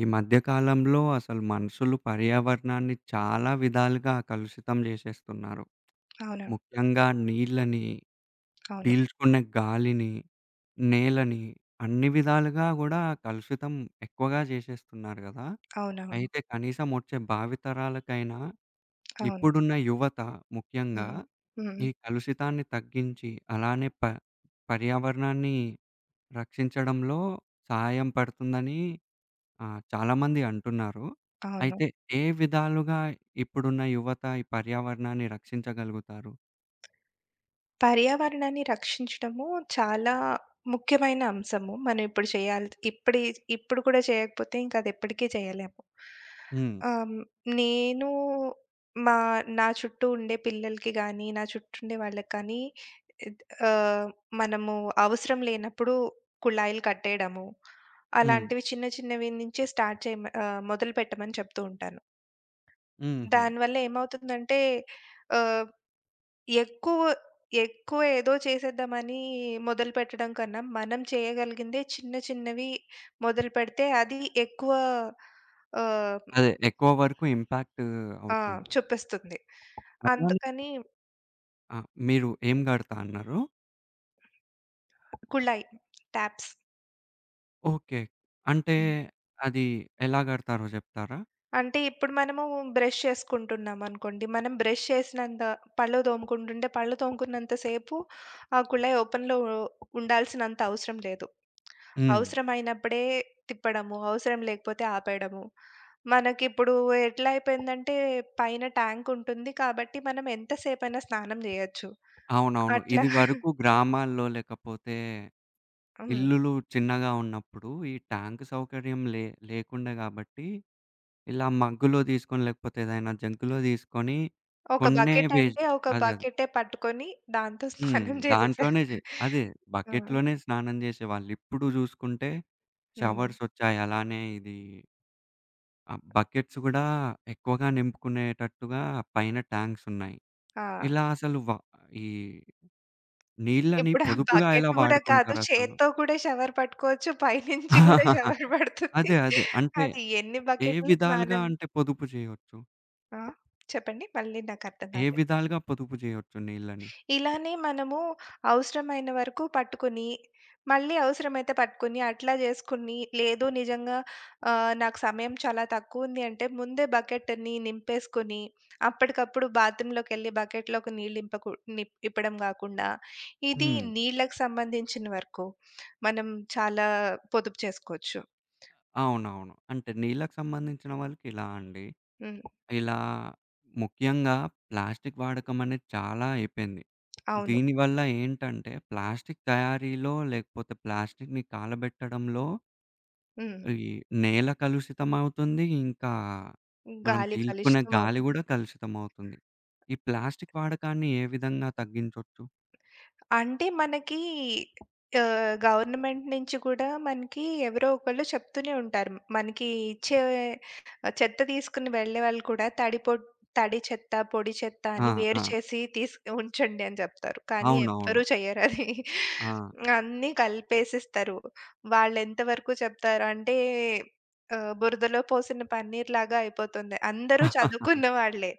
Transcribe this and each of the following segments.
ఈ మధ్య కాలంలో అసలు మనుషులు పర్యావరణాన్ని చాలా విధాలుగా కలుషితం చేసేస్తున్నారు. అవును. ముఖ్యంగా నీళ్ళని, అవును. పీల్చుకునే గాలిని, నేలని అన్ని విధాలుగా గూడా కలుషితం ఎక్కువగా చేసేస్తున్నారు గదా! అవునవును. అయితే కనీసం వచ్చే భావితరాలకైనా అవును. ఇప్పుడున్న యువత ముఖ్యంగా హ్మ్. హ్మ్. ఈ కలుషితాన్ని తగ్గించి అలానే పర్యావరణాన్ని రక్షించడంలో సహాయం పడుతుందని ఆ! చాలామంది అంటున్నారు. అవును. అయితే ఏ విధాలుగా ఇప్పుడున్న యువత ఈ పర్యావరణాన్ని రక్షించగలుగుతారు? పర్యావరణాన్ని రక్షించడము చాలా ముఖ్యమైన అంశము. మనం ఇప్పుడు చేయాలి. ఇప్పుడు కూడా చేయకపోతే ఇంక అది ఎప్పటికీ చేయలేము. హ్మ్. ఆహ్, నేను మా నా చుట్టూ ఉండే పిల్లలకి గానీ, నా చుట్టూ ఉండే వాళ్ళకి కానీ, ఇద్ ఆహ్, మనము అవసరం లేనప్పుడు కుళాయిలు కట్టేయడము, హ్మ్. అలాంటివి చిన్న చిన్నవి నుంచే మొదలుపెట్టమని చెప్తూ ఉంటాను. హుహు. దానివల్ల ఏమవుతుందంటే, ఆహ్, ఎక్కువ ఎక్కువ ఏదో చేసేద్దామని మొదలుపెట్టడం కన్నా, మనం చేయగలిగిందే చిన్న చిన్నవి మొదలుపెడితే అది ఎక్కువ, ఆహ్, అదే. ఎక్కువ వరకు ఇంపాక్ట్ ఆ, అవుతుంది. చూపిస్తుంది. అలానే అందుకని ఆ! మీరు ఏం గడతా అన్నారు? కుళాయి, ట్యాప్స్. ఓకే. అంటే అది ఎలా గడతారో జెప్తారా? అంటే ఇప్పుడు మనము బ్రష్ చేసుకుంటున్నామనుకోండి. మనం బ్రష్ చేసినంత పళ్ళు తోముకుంటుంటే, పళ్ళు తోముకున్నంత సేపు ఆ కుళాయి ఓపెన్‌లో ఉండాల్సినంత అవసరం లేదు. హ్మ్. అవసరమైనప్పుడే తిప్పడము, అవసరం లేకపోతే ఆపేయడము. మనకిప్పుడు ఎట్లా అయిపోయిందంటే, పైన ట్యాంక్ ఉంటుంది కాబట్టి మనం ఎంతసేపైనా స్నానం జేయొచ్చు. అవునవును. అట్లా. ఇది వరకు గ్రామాల్లో లేకపోతే హ్మ్. ఇల్లులు చిన్నగా ఉన్నప్పుడు ఈ ట్యాంక్ సౌకర్యం లేకుండే గాబట్టి ఇలా మగ్గులో తీసుకొని లేకపోతే ఏదైనా జంక్‌లో తీసుకొని ఒక కొన్నే బకెట్ అంటే వేస్ట్. ఒక అదే. అదే. బకెటే పట్టుకొని దాంతో హ్మ్. స్నానం చేసేసే. దాంట్లోనే అదే ఆ! బకెట్‌లోనే స్నానం చేసేవాళ్ళు. ఇప్పుడు చూసుకుంటే హ్మ్. షవర్స్ వచ్చాయి. అలానే ఇది ఆ బకెట్స్ కూడా ఎక్కువగా నింపుకునేటట్టుగా పైన ట్యాంక్స్ ఉన్నాయి. ఆ! ఇలా అసలు ఈ నీళ్ళని ఇప్పుడు ఆ పొదుపుగా బకెట్ ఎలా గూడా కాదు. వాడుకుంటారసలు? చేత్తో కూడా షవర్ పట్టుకోవచ్చు. పైనుంచి గూడా షవర్ పడుతుంది. అదే. అదే. అంటే అది ఎన్ని ఏ బకెట్లు విధాలుగా స్నానం. అంటే పొదుపు చేయొచ్చు? ఆ! చెప్పండి? మళ్ళీ నాకర్థం ఏ కాలేదు. విధాలుగా పొదుపు చేయొచ్చు నీళ్ళని? ఇలానే మనము అవసరమైన వరకు పట్టుకుని, మళ్ళీ అవసరమైతే పట్టుకుని, అట్లా జేసుకుని, లేదు, నిజంగా నాకు సమయం చాలా తక్కువుంది అంటే, ముందే బకెట్‌ని నింపేసుకొని, అప్పటికప్పుడు బాత్రూంలోకెళ్ళి బకెట్‌లోకి నీళ్ళు నింపకు నిప్ నింపడం గాకుండా, ఇది, హ్మ్. నీళ్ళకి సంబంధించిన వరకు మనం చాలా పొదుపు చేసుకోవచ్చు. అవునవును. అంటే నీళ్ళకి సంబంధించిన వాళ్ళకి ఇలా అండి. హ్మ్. ఇలా ముఖ్యంగా ప్లాస్టిక్ వాడకం అనేది చాలా అయిపోయింది. అవును. దీనివల్ల ఏంటంటే ప్లాస్టిక్ తయారీలో లేకపోతే ప్లాస్టిక్‌ని కాలబెట్టడంలో హ్మ్. ఈ నేల కలుషితమవుతుంది. ఇంకా మనం గాలి పీల్చుకునే కలుషితం గాలి అవుతుంది. గూడా కలుషితమవుతుంది. ఈ ప్లాస్టిక్ వాడకాన్ని ఏ విధంగా తగ్గించొచ్చు? అంటే మనకి, గవర్నమెంట్ నుంచి కూడా మనకి ఎవరో ఒకళ్ళు చెప్తూనే ఉంటారు. మనకి ఇచ్చే చెత్త తీసుకొని వెళ్ళే వాళ్ళు కూడా తడి చెత్త, పొడి చెత్త ఆ! అని ఆ! వేరు చేసి ఉంచండి అని చెప్తారు. కానీ అవునవును. ఎవ్వరూ చెయ్యరది. ఆ! అన్నీ కలిపేసిస్తారు. వాళ్ళెంత వరకు చెప్తారు అంటే, బురదలో పోసిన పన్నీర్‌లాగా అయిపోతుంది. అందరూ చదువుకున్న వాళ్ళే.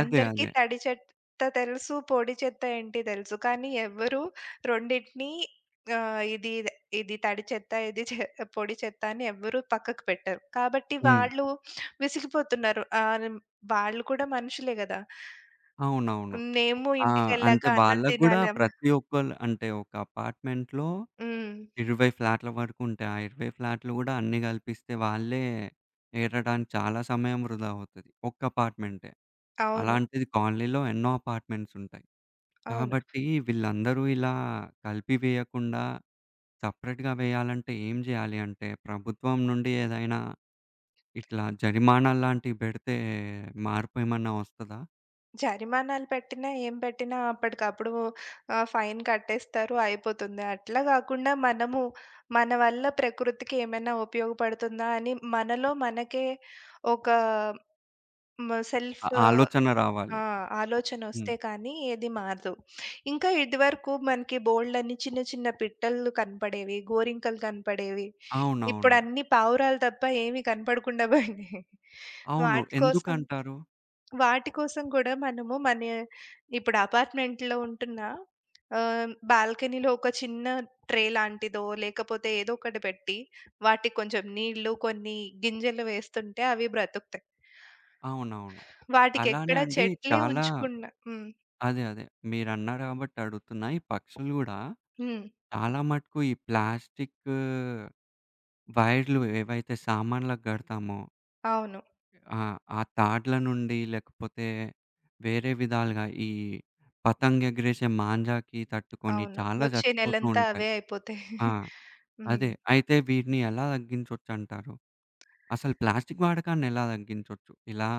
అదే. అదే. తడి చె చెత్త తెలుసు, పొడి చెత్త ఏంటి తెలుసు. కానీ ఎవ్వరు రెండిటిని, ఆహ్, ఇది ఇదె ఇది తడి చెత్త, ఇది చె పొడి చెత్త అని ఎవ్వరు పక్కకు పెట్టరు. కాబట్టి హ్మ్. వాళ్ళు విసిగిపోతున్నారు. ఆహ్, న్ వాళ్ళు కూడా మనుషులే గదా! అవునవును. మేము ఆ! ఇంటికెళ్ళాక అంతే అన్నం వాళ్ళకి గూడా తినాలె. ప్రతి ఒక్కళ్ళు అంటే ఒక అపార్ట్‌మెంట్‌లో హ్మ్. 20 ఫ్లాట్‌ల వరకు ఉంటాయి. ఆ 20 ఫ్లాట్‌లు గూడా అన్నీ గలిపిస్తే వాళ్ళే ఏరడానికి చాలా సమయం వృధా అవుతది. ఒక్క అపార్ట్‌మెంటే. అవును. అలాంటిది కాలనీలో ఎన్నో అపార్ట్‌మెంట్స్ ఉంటాయి. అవును. కాబట్టి వీళ్ళందరూ ఇలా కలిపి వేయకుండా సెపరేట్‌గా వేయాలంటే ఏం జేయాలి అంటే ప్రభుత్వం నుండి ఏదైనా ఇట్లా జరిమానా లాంటివి బెడితే మార్పు ఏమన్నా వస్తదా? జరిమానాలు పెట్టినా, ఏం పెట్టినా అప్పటికప్పుడు ఫైన్ కట్టేస్తారు, అయిపోతుంది. అట్లా గాకుండా మనము, మన వల్ల ప్రకృతికి ఏమైనా ఉపయోగపడుతుందా అని మనలో మనకే ఒక సెల్ఫ్. ఆ ఆలోచన రావాలి. ఆ! హ్మ్. ఆలోచనొస్తే కానీ ఏది మారదు. ఇంకా, ఇదివరకు మనకి బోలెడన్ని చిన్న చిన్న పిట్టలు కనపడేవి, గోరింకలు కనపడేవి. అవునవును. ఇప్పుడన్నీ పావురాలు తప్ప ఏమి కనపడకుండా పోయినాయి. అవును. వాటి కోసం ఎందుకంటారు? వాటి కోసం కూడా మనము, ఇప్పుడు అపార్ట్‌మెంట్‌లో ఉంటున్నా, బాల్కనీలో ఒక చిన్న ట్రే లాంటిదో, లేకపోతే ఏదో ఒకటి పెట్టి, వాటికి కొంచెం నీళ్ళు, కొన్ని గింజలు వేస్తుంటే అవి బ్రతుకుతాయి. అవునవును. అలానే వాటికెక్కడ అండి చెట్లే చాలా ఉంచకుండా. హ్మ్. అదే. అదే. మీరన్నారు కాబట్టి అడుగుతున్నా. ఈ పక్షులు గూడా హ్మ్. చాలా మటుకు ఈ ప్లాస్టిక్ వైర్లు ఏవైతే సామాన్లకు గడతామో అవును. ఆ తాడ్ల నుండి లేకపోతే వేరే విధాలుగా ఈ పతంగ్ ఎగిరేసే మాంజాకి తట్టుకొని అవును. చాలా వచ్చే చచ్చిపోతూ నెలంతా ఉంటాయి. అవే అయిపోతాయి. ఆ! హ్మ్. అదే. అయితే వీటిని ఎలా తగ్గించొచ్చంటారు? అసలు ప్లాస్టిక్ వాడకాన్ని ఎలా తగ్గించొచ్చు? ఇలా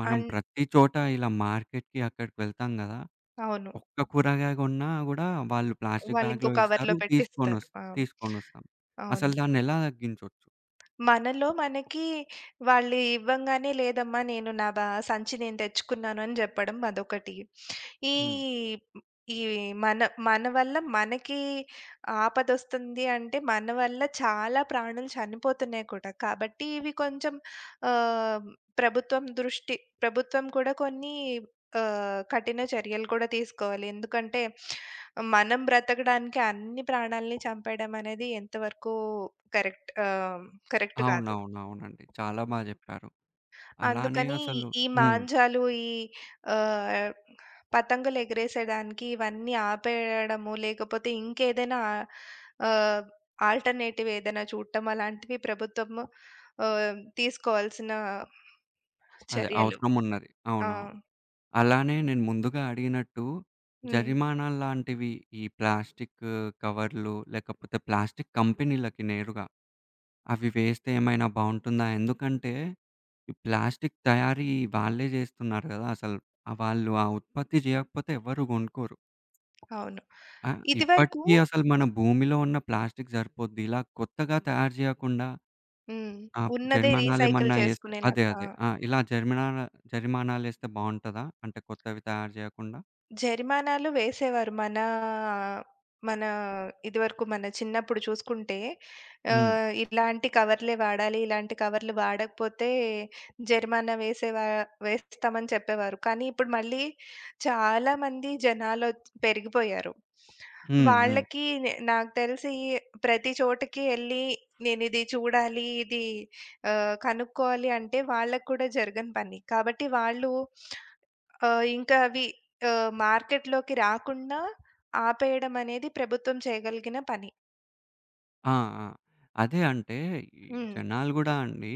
మనం అండ్ ప్రతి చోట ఇలా మార్కెట్‌కి అక్కడికి వెళ్తాం గదా! అవును. ఒక్క కూరగాయ గొన్నా గూడా వాళ్ళు ప్లాస్టిక్ వాళ్ళింకో బ్యాగ్‌లో కవర్‌లో ఇస్తారు. పెట్టిస్తారు. ఆ! తీసుకొనొస్తాం. అసలు అవును. దాన్నెలా తగ్గించొచ్చు? మనలో మనకి, వాళ్ళు ఇవ్వంగానే లేదమ్మా, నేను నా సంచి నేను తెచ్చుకున్నాను అని చెప్పడం అదొకటి. ఈ హ్మ్. ఈ మన మన వల్ల మనకి ఆపదొస్తుంది అంటే, మన వల్ల చాలా ప్రాణులు చనిపోతున్నాయి కూడా. కాబట్టి ఇవి కొంచెం, ఆహ్, ప్రభుత్వం దృష్టి ప్రభుత్వం కూడా కొన్ని కఠిన చర్యలు కూడా తీసుకోవాలి. ఎందుకంటే మనం బ్రతకడానికి అన్ని ప్రాణాల్ని చంపేయడం అనేది ఎంతవరకు కరెక్ట్ ఆహ్, కరెక్ట్ కాదు. అవునవునవునండి. చాలా బా జెప్పారు. అలానే అందుకని అసలు ఈ హ్మ్. మాంజాలు, ఆహ్, పతంగులు ఎగరేసేదానికి ఇవన్నీ ఆపేయడము, లేకపోతే ఇంకేదైనా ఆహ్, ఆల్టర్‌నేటివ్ ఏదైనా చూడటం, అలాంటివి ప్రభుత్వము తీసుకోవాల్సిన అదే చర్యలు. అవసరం ఉన్నది. ఆ! అవునవును. అలానే నేను ముందుగా అడిగినట్టు హ్మ్. జరిమానాల్లాంటివి ఈ ప్లాస్టిక్ కవర్లు లేకపోతే ప్లాస్టిక్ కంపెనీలకి నేరుగా అవి వేస్తే ఏమైనా బావుంటుందా? ఎందుకంటే, ఈ ప్లాస్టిక్ తయారీ వాళ్ళే జేస్తున్నారు గదా! అసలు వాళ్ళు ఆ ఉత్పత్తి జేయకపోతే ఎవ్వరు గొనుక్కోరు. అవును. ఆ! ఇదివరకు. ఇప్పటికీ అసలు మన భూమిలో ఉన్న ప్లాస్టిక్ సరిపోద్ది. ఇలా కొత్తగా తయారు జేయకుండా హ్మ్. ఆ! ఉన్నదే రీసైకిల్ జరిమానాలేమన్నా యేస్తే అదే. చేసుకునేలాగా. ఆ! అదే. ఆ! ఇలా జరిమానాలేస్తే బావుంటదా? అంటే కొత్తవి తయారు జేయకుండా? జరిమానాలు వేసేవారు. మన మన ఇదివరకు మన చిన్నప్పుడు చూసుకుంటే, హ్మ్. ఇలాంటి కవర్‌లే వాడాలి, ఇలాంటి కవర్‌లు వాడకపోతే జరిమానా వేస్తామని చెప్పేవారు. కానీ ఇప్పుడు మళ్ళీ చాలామంది జనాలు పెరిగిపోయారు. హ్మ్. హ్మ్. వాళ్ళకి, నాకు తెలిసి, ప్రతి చోటకి ఎళ్లి నేనిది చూడాలి, ఇది కనుక్కోవాలి అంటే వాళ్ళకి కూడా జరగని పని. కాబట్టి వాళ్ళు, ఇంకా అవి మార్కెట్‌లోకి రాకుండా ఆపేయడం అనేది ప్రభుత్వం చేయగలిగిన పని. ఆ! ఆ! అదే అంటే, ఈ హ్మ్. జనాలు గూడా అండి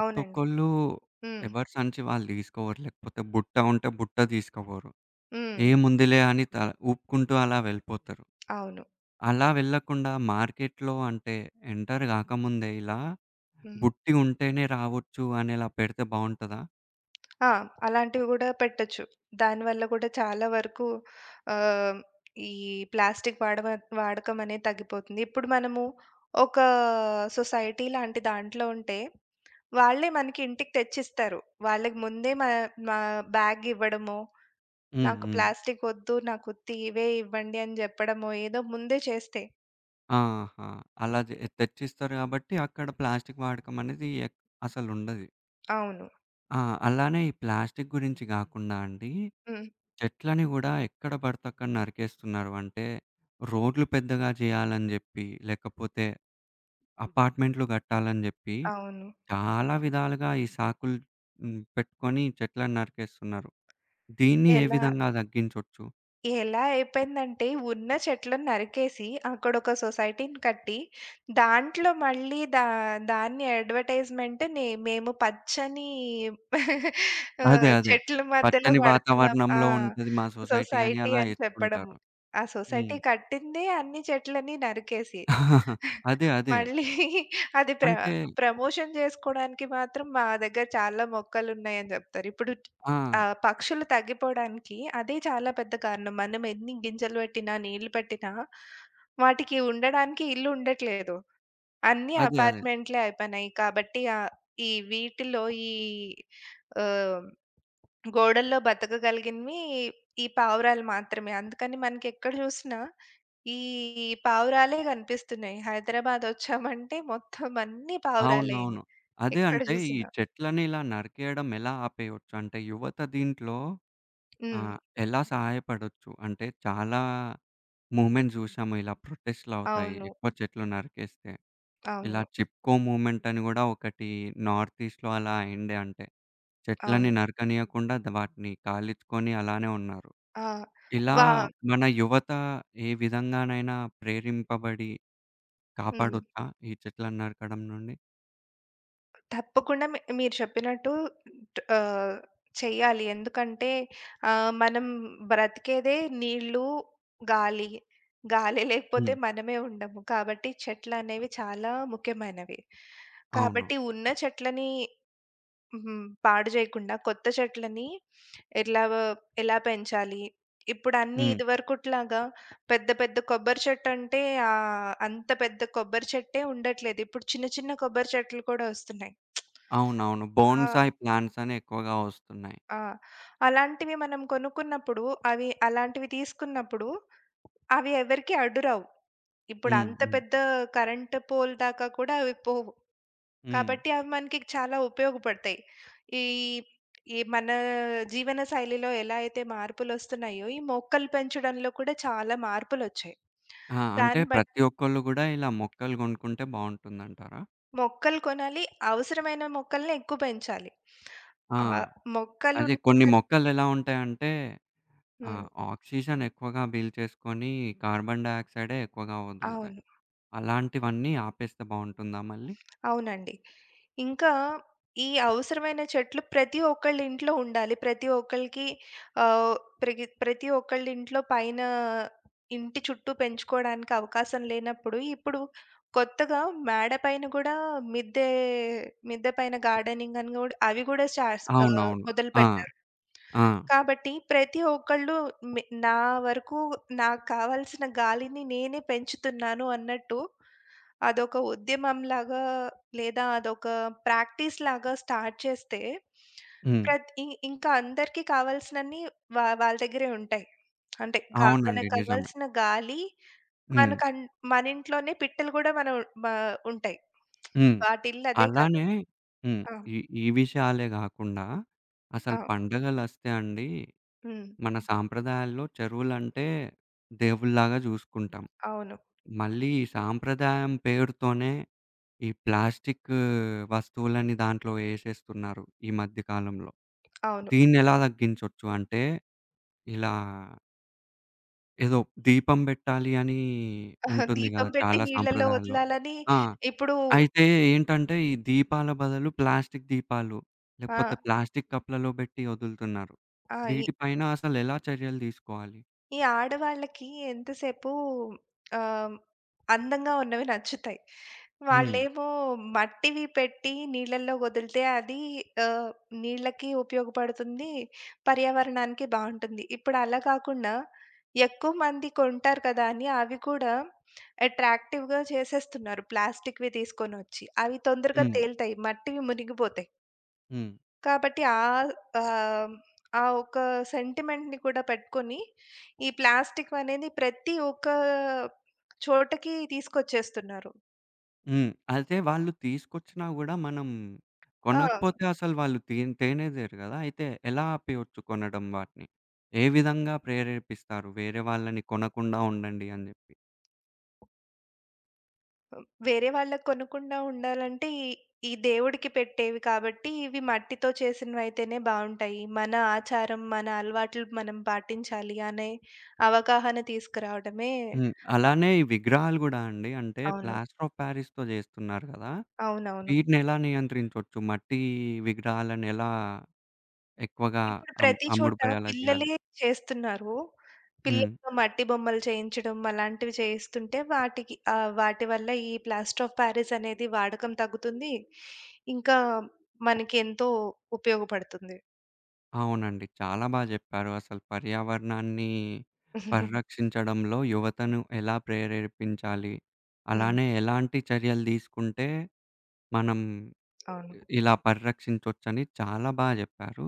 అవునండి. హ్మ్. ఎవరి సంచి వాళ్ళు తీసుకోవరు. లేకపోతే బుట్ట ఉంటే బుట్ట తీసుకోపోరు. హ్మ్. ఏముందిలే అని ఊపుకుంటూ అలా వెళ్ళిపోతారు. అవును. అలా వెళ్ళకుండా మార్కెట్‌లో అంటే ఎంటర్ కాకముందే ఇలా హ్మ్. బుట్టి ఉంటేనే రావచ్చు అనేలా పెడితే బావుంటదా? ఆ! అలాంటివి గూడా పెట్టొచ్చు. దానివల్ల గూడా చాలా వరకు, ఆహ్, ఈ ప్లాస్టిక్ వాడకం అనేది తగ్గిపోతుంది. ఇప్పుడు మనము ఒక సొసైటీ లాంటి దాంట్లో ఉంటే వాళ్ళే మనకి ఇంటికి తెచ్చిస్తారు. వాళ్ళకి ముందే మా బ్యాగ్ ఇవ్వడమో, హ్మ్. నాకు హ్మ్. ప్లాస్టిక్ వద్దు, నాకు ఉత్తి ఇవే ఇవ్వండి అని జెప్పడమో, ఏదో ముందే చేస్తే. ఆహా! అలా తెచ్చిస్తారు కాబట్టి అక్కడ ప్లాస్టిక్ వాడకం అనేది అసలుండది. అవును. ఆ! అలానే ఈ ప్లాస్టిక్ గురించి కాకుండా అండి హ్మ్. చెట్లని గూడా ఎక్కడ పడితే అక్కడ నరికేస్తున్నారు. అంటే రోడ్లు పెద్దగా జేయాలని జెప్పి, లేకపోతే హ్మ్. అపార్ట్‌మెంట్లు గట్టాలని జెప్పి, అవును. చాలా విధాలుగా ఈ సాకులు హ్మ్. పెట్టుకొని చెట్లను నరికేస్తున్నారు. దీన్ని ఏ ఎలా విధంగా తగ్గించొచ్చు? ఎలా అయిపోయిందంటే, ఉన్న చెట్లను నరికేసి, అక్కడొక సొసైటీని కట్టి, దాంట్లో మళ్ళీ దాన్ని అడ్వర్టైజ్‌మెంట్, మేము పచ్చని అదే. అదే. చెట్ల మధ్యలో పచ్చని గడుతున్నాం. ఆ! వాతావరణంలో ఉంటది మా సొసైటీ అని సొసైటీ అలా అని చెప్పడం. ఎత్తుకుంటారు. ఆ సొసైటీ హ్మ్. కట్టిందే అన్ని చెట్లని నరికేసి. అదే. అదే. మళ్ళీ అది అంటే ప్రమోషన్ జేసుకోడానికి మాత్రం మా దగ్గర చాలా మొక్కలున్నాయని జెప్తారు. ఇప్పుడు. ఆ! ఆ! పక్షులు తగ్గిపోవడానికి అదే చాలా పెద్ద కారణం. మనం ఎన్ని గింజలు పెట్టినా, నీళ్లు పెట్టినా వాటికి ఉండడానికి ఇల్లు ఉండట్లేదు. అన్నీ అదే. అదే. అపార్ట్‌మెంట్‌లే అయిపోయినాయి. కాబట్టి ఆహ్, ఈ వీటిలో ఈ ఆహ్, గోడల్లో బతకగలిగినవి ఈ పావురాలు మాత్రమే. అందుకని మనకి ఎక్కడ చూసినా ఈ పావురాలే కనిపిస్తున్నాయి. హైదరాబాద్ వచ్చామంటే మొత్తం అన్నీ పావురాలే, అవునవును. అదే ఎక్కడ అంటే ఈ చూసినా. చెట్లని ఇలా నరికేయడం ఎలా ఆపేయొచ్చు? అంటే యువత దీంట్లో హ్మ్. ఆహ్, ఎలా సహాయపడొచ్చు? అంటే చాలా మూవ్‌మెంట్స్ జూసాము ఇలా ప్రొటెస్ట్‌లవుతాయి అవును. ఎక్కువ చెట్లు నరికేస్తే. ఇలా అవును. చిప్కో మూవ్‌మెంట్ అని గూడా ఒకటి నార్త్ ఈస్ట్‌లో అలా అయిండే అంటే. చెట్లని అవును. నరకనీయకుండా ద వాటిని కాలిచ్చుకొని అలానే ఉన్నారు. ఆ! ఇలా వా మన యువత ఏ విధంగానైనా ప్రేరింపబడి హ్మ్. కాపాడొచ్చా? ఈ చెట్లను నరకడం నుండి? తప్పకుండా మీరు చెప్పినట్టు ట్ ఆహ్, చెయ్యాలి. ఎందుకంటే, మనం బ్రతికేదే నీళ్ళు, గాలి. గాలి లేకపోతే హ్మ్. మనమే ఉండము. కాబట్టి చెట్లనేవి చాలా ముఖ్యమైనవి. అవును. కాబట్టి ఉన్న చెట్లని పాడు జేయకుండా, కొత్త చెట్లని ఎట్లా ఎలా పెంచాలి? ఇప్పుడన్నీ హ్మ్. ఇదివరకుట్లాగా పెద్ద పెద్ద కొబ్బరి చెట్టంటే అంత పెద్ద కొబ్బరి చెట్టే ఉండట్లేదు. ఇప్పుడు చిన్న చిన్న కొబ్బరి చెట్లు కూడా ఒస్తున్నాయి. అవునవును. ఆ! బోన్సాయ్ ప్లాంట్స్ అని ఎక్కువగా వస్తున్నాయి. ఆ! అలాంటివి మనం కొనుక్కున్నప్పుడు, అవి అలాంటివి తీసుకున్నప్పుడు అవి ఎవరికీ అడ్డురావు. ఇప్పుడు హ్మ్. అంత హ్మ్. పెద్ద కరెంట్ పోల్ దాకా కూడా అవి పోవు. హ్మ్. కాబట్టి అవి మనకి చాలా ఉపయోగపడతాయి. ఈ ఈ మన జీవన శైలిలో ఎలా అయితే మార్పులొస్తున్నాయో, ఈ మొక్కలు పెంచడంలో కూడా చాలా మార్పులొచ్చాయి. ఆ! అంటే దాన్ని బట్టి ప్రతి ఒక్కళ్ళు గూడా ఇలా మొక్కలు గొనుక్కుంటే బావుంటుందంటారా? మొక్కలు కొనాలి. అవసరమైన మొక్కల్ని ఎక్కువ పెంచాలి. ఆ! ఆహ్, అదే మొక్కలున్నాయి కొన్ని కదా! మొక్కలెలా ఉంటాయంటే హ్మ్. ఆహ్, ఆక్సిజన్ ఎక్కువగా పీల్చేసుకొని కార్బన్ డయాక్సైడే ఎక్కువగా వదులుతాయి. అవును. అలాంటివన్నీ ఆపేస్తే బావుంటుందా మళ్ళీ? అవునండి. ఇంకా, ఈ అవసరమైన చెట్లు ప్రతి ఒక్కళ్ళ ఇంట్లో ఉండాలి. ప్రతి ఒక్కళ్ళకి, ఆహ్, ప్రగి ప్రతి ఒక్కళ్ళ ఇంట్లో పైన, ఇంటి చుట్టూ పెంచుకోవడానికి అవకాశం లేనప్పుడు, ఇప్పుడు కొత్తగా మేడ పైన గూడా, మిద్దె, మిద్దె పైన గార్డెనింగ్ అని గూడా, అవి గూడా అవునవును. ఆ! మొదలుపెట్టారు. ఆ! కాబట్టి ప్రతి ఒక్కళ్ళు, మి నా వరకు నాకు కావాల్సిన గాలిని నేనే పెంచుతున్నాను అన్నట్టు, అదొక ఉద్యమంలాగా, లేదా అదొక ప్రాక్టీస్ లాగా స్టార్ట్ చేస్తే, హ్మ్. ప్రత్ ఇ ఇంకా అందరికీ కావాల్సినన్ని వాళ్ళ దగ్గరే ఉంటాయి. అంటే అవునండి. మనకు నిజమే. కావాల్సిన గాలి హ్మ్. మనకన్ మన ఇంట్లోనే పిట్టలు గూడా మనం మ ఉంటాయి. హ్మ్. వాటిల్లు అదే అలానే కాబట్టి. హ్మ్. ఆ! ఈ ఈ విషయాలే గాకుండా ఆ! అసలు పండగలొస్తే అండి హ్మ్. మన సాంప్రదాయాల్లో చెరువులంటే దేవుళ్ళలాగా జూసుకుంటాం. అవును. మళ్ళీ ఈ సాంప్రదాయం పేరుతోనే ఈ ప్లాస్టిక్ వస్తువులని దాంట్లో యేసేస్తున్నారు ఈ మధ్య కాలంలో. అవును. దీన్నెలా తగ్గించొచ్చు? అంటే ఇలా ఏదో దీపం బెట్టాలి అని ఆహా, ఉంటుంది దీపం గదా! పెట్టి చాలా నీళ్ళలో సాంప్రదాయాల్లో. వదలాలని. ఆ! ఇప్పుడు. అయితే ఏంటంటే ఈ దీపాల బదులు ప్లాస్టిక్ దీపాలు ఆ! లేకపోతే ప్లాస్టిక్ కప్పులలో బెట్టి వదులుతున్నారు. ఆ! వీటిపైన అసలెలా చర్యలు దీసుకోవాలి? ఈ ఆడవాళ్ళకి ఎంతసేపు ఆహ్, అందంగా ఉన్నవి నచ్చుతాయి. హ్మ్. వాళ్ళేమో మట్టివి పెట్టి నీళ్ళల్లో వదిలితే అది, ఆహ్, నీళ్ళకి ఉపయోగపడుతుంది, పర్యావరణానికి బావుంటుంది. ఇప్పుడు అలా కాకుండా, ఎక్కువ మంది కొంటారు కదా అని, అవి కూడా అట్రాక్టివ్‌గా చేసేస్తున్నారు ప్లాస్టిక్‌వి తీసుకొనొచ్చి. అవి తొందరగా హ్మ్. తేలుతాయి, మట్టివి మునిగిపోతాయి. హ్మ్. కాబట్టి, ఆహ్, ఆహ్, ఆ ఒక్క సెంటిమెంట్‌ని కూడా పెట్టుకొని, ఈ ప్లాస్టిక్ అనేది ప్రతి ఒక్క చోటకి తీసుకొచ్చేస్తున్నారు. హ్మ్. అయితే వాళ్ళు తీసుకొచ్చినా గూడా మనం ఆ! కొనకపోతే అసలు వాళ్ళు తేనేదేయరు గదా! అయితే ఎలా ఆపేయొచ్చు కొనడం వాటిని? ఏ విధంగా ప్రేరేపిస్తారు వేరే వాళ్ళని కొనకుండా ఉండండి అని జెప్పి? వేరే వాళ్ళకి కొనకుండా ఉండాలంటే, ఈ ఈ దేవుడికి పెట్టేవి కాబట్టి, ఇవి మట్టితో చేసినవైతేనే బావుంటాయి. మన ఆచారం, మన అలవాట్లు మనం పాటించాలి అనే అవగాహన తీసుకురావడమే. హ్మ్. అలానే ఈ విగ్రహాలు గూడా అండి. అంటే అవును. ప్లాస్టర్ ఆఫ్ పారిస్‌తో జేస్తున్నారు గదా! అవునవును. వీటినెలా నియంత్రించొచ్చు? మట్టి విగ్రహాలను ఎలా ఎక్కువగా ఇప్పుడు ప్రతి చోట అమ్ముడుపోయేలా జేయాలి? పిల్లలే చేస్తున్నారు. హ్మ్. పిల్లలతో మట్టి బొమ్మలు చేయించడం అలాంటివి చేయిస్తుంటే, వాటి వల్ల ఈ ప్లాస్టర్ ఆఫ్ పారిస్ అనేది వాడకం తగ్గుతుంది. ఇంకా మనకి ఎంతో ఉపయోగపడుతుంది. అవునండి. చాలా బా జెప్పారు. అసలు పర్యావరణాన్ని పరిరక్షించడంలో యువతను ఎలా ప్రేరేపించాలి? హ్మ్. అలానే ఎలాంటి చర్యలు దీసుకుంటే మనం అవును. ఇలా పరిరక్షించొచ్చని చాలా బా జెప్పారు.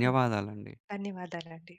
హ్మ్. ధన్యవాదాలండి.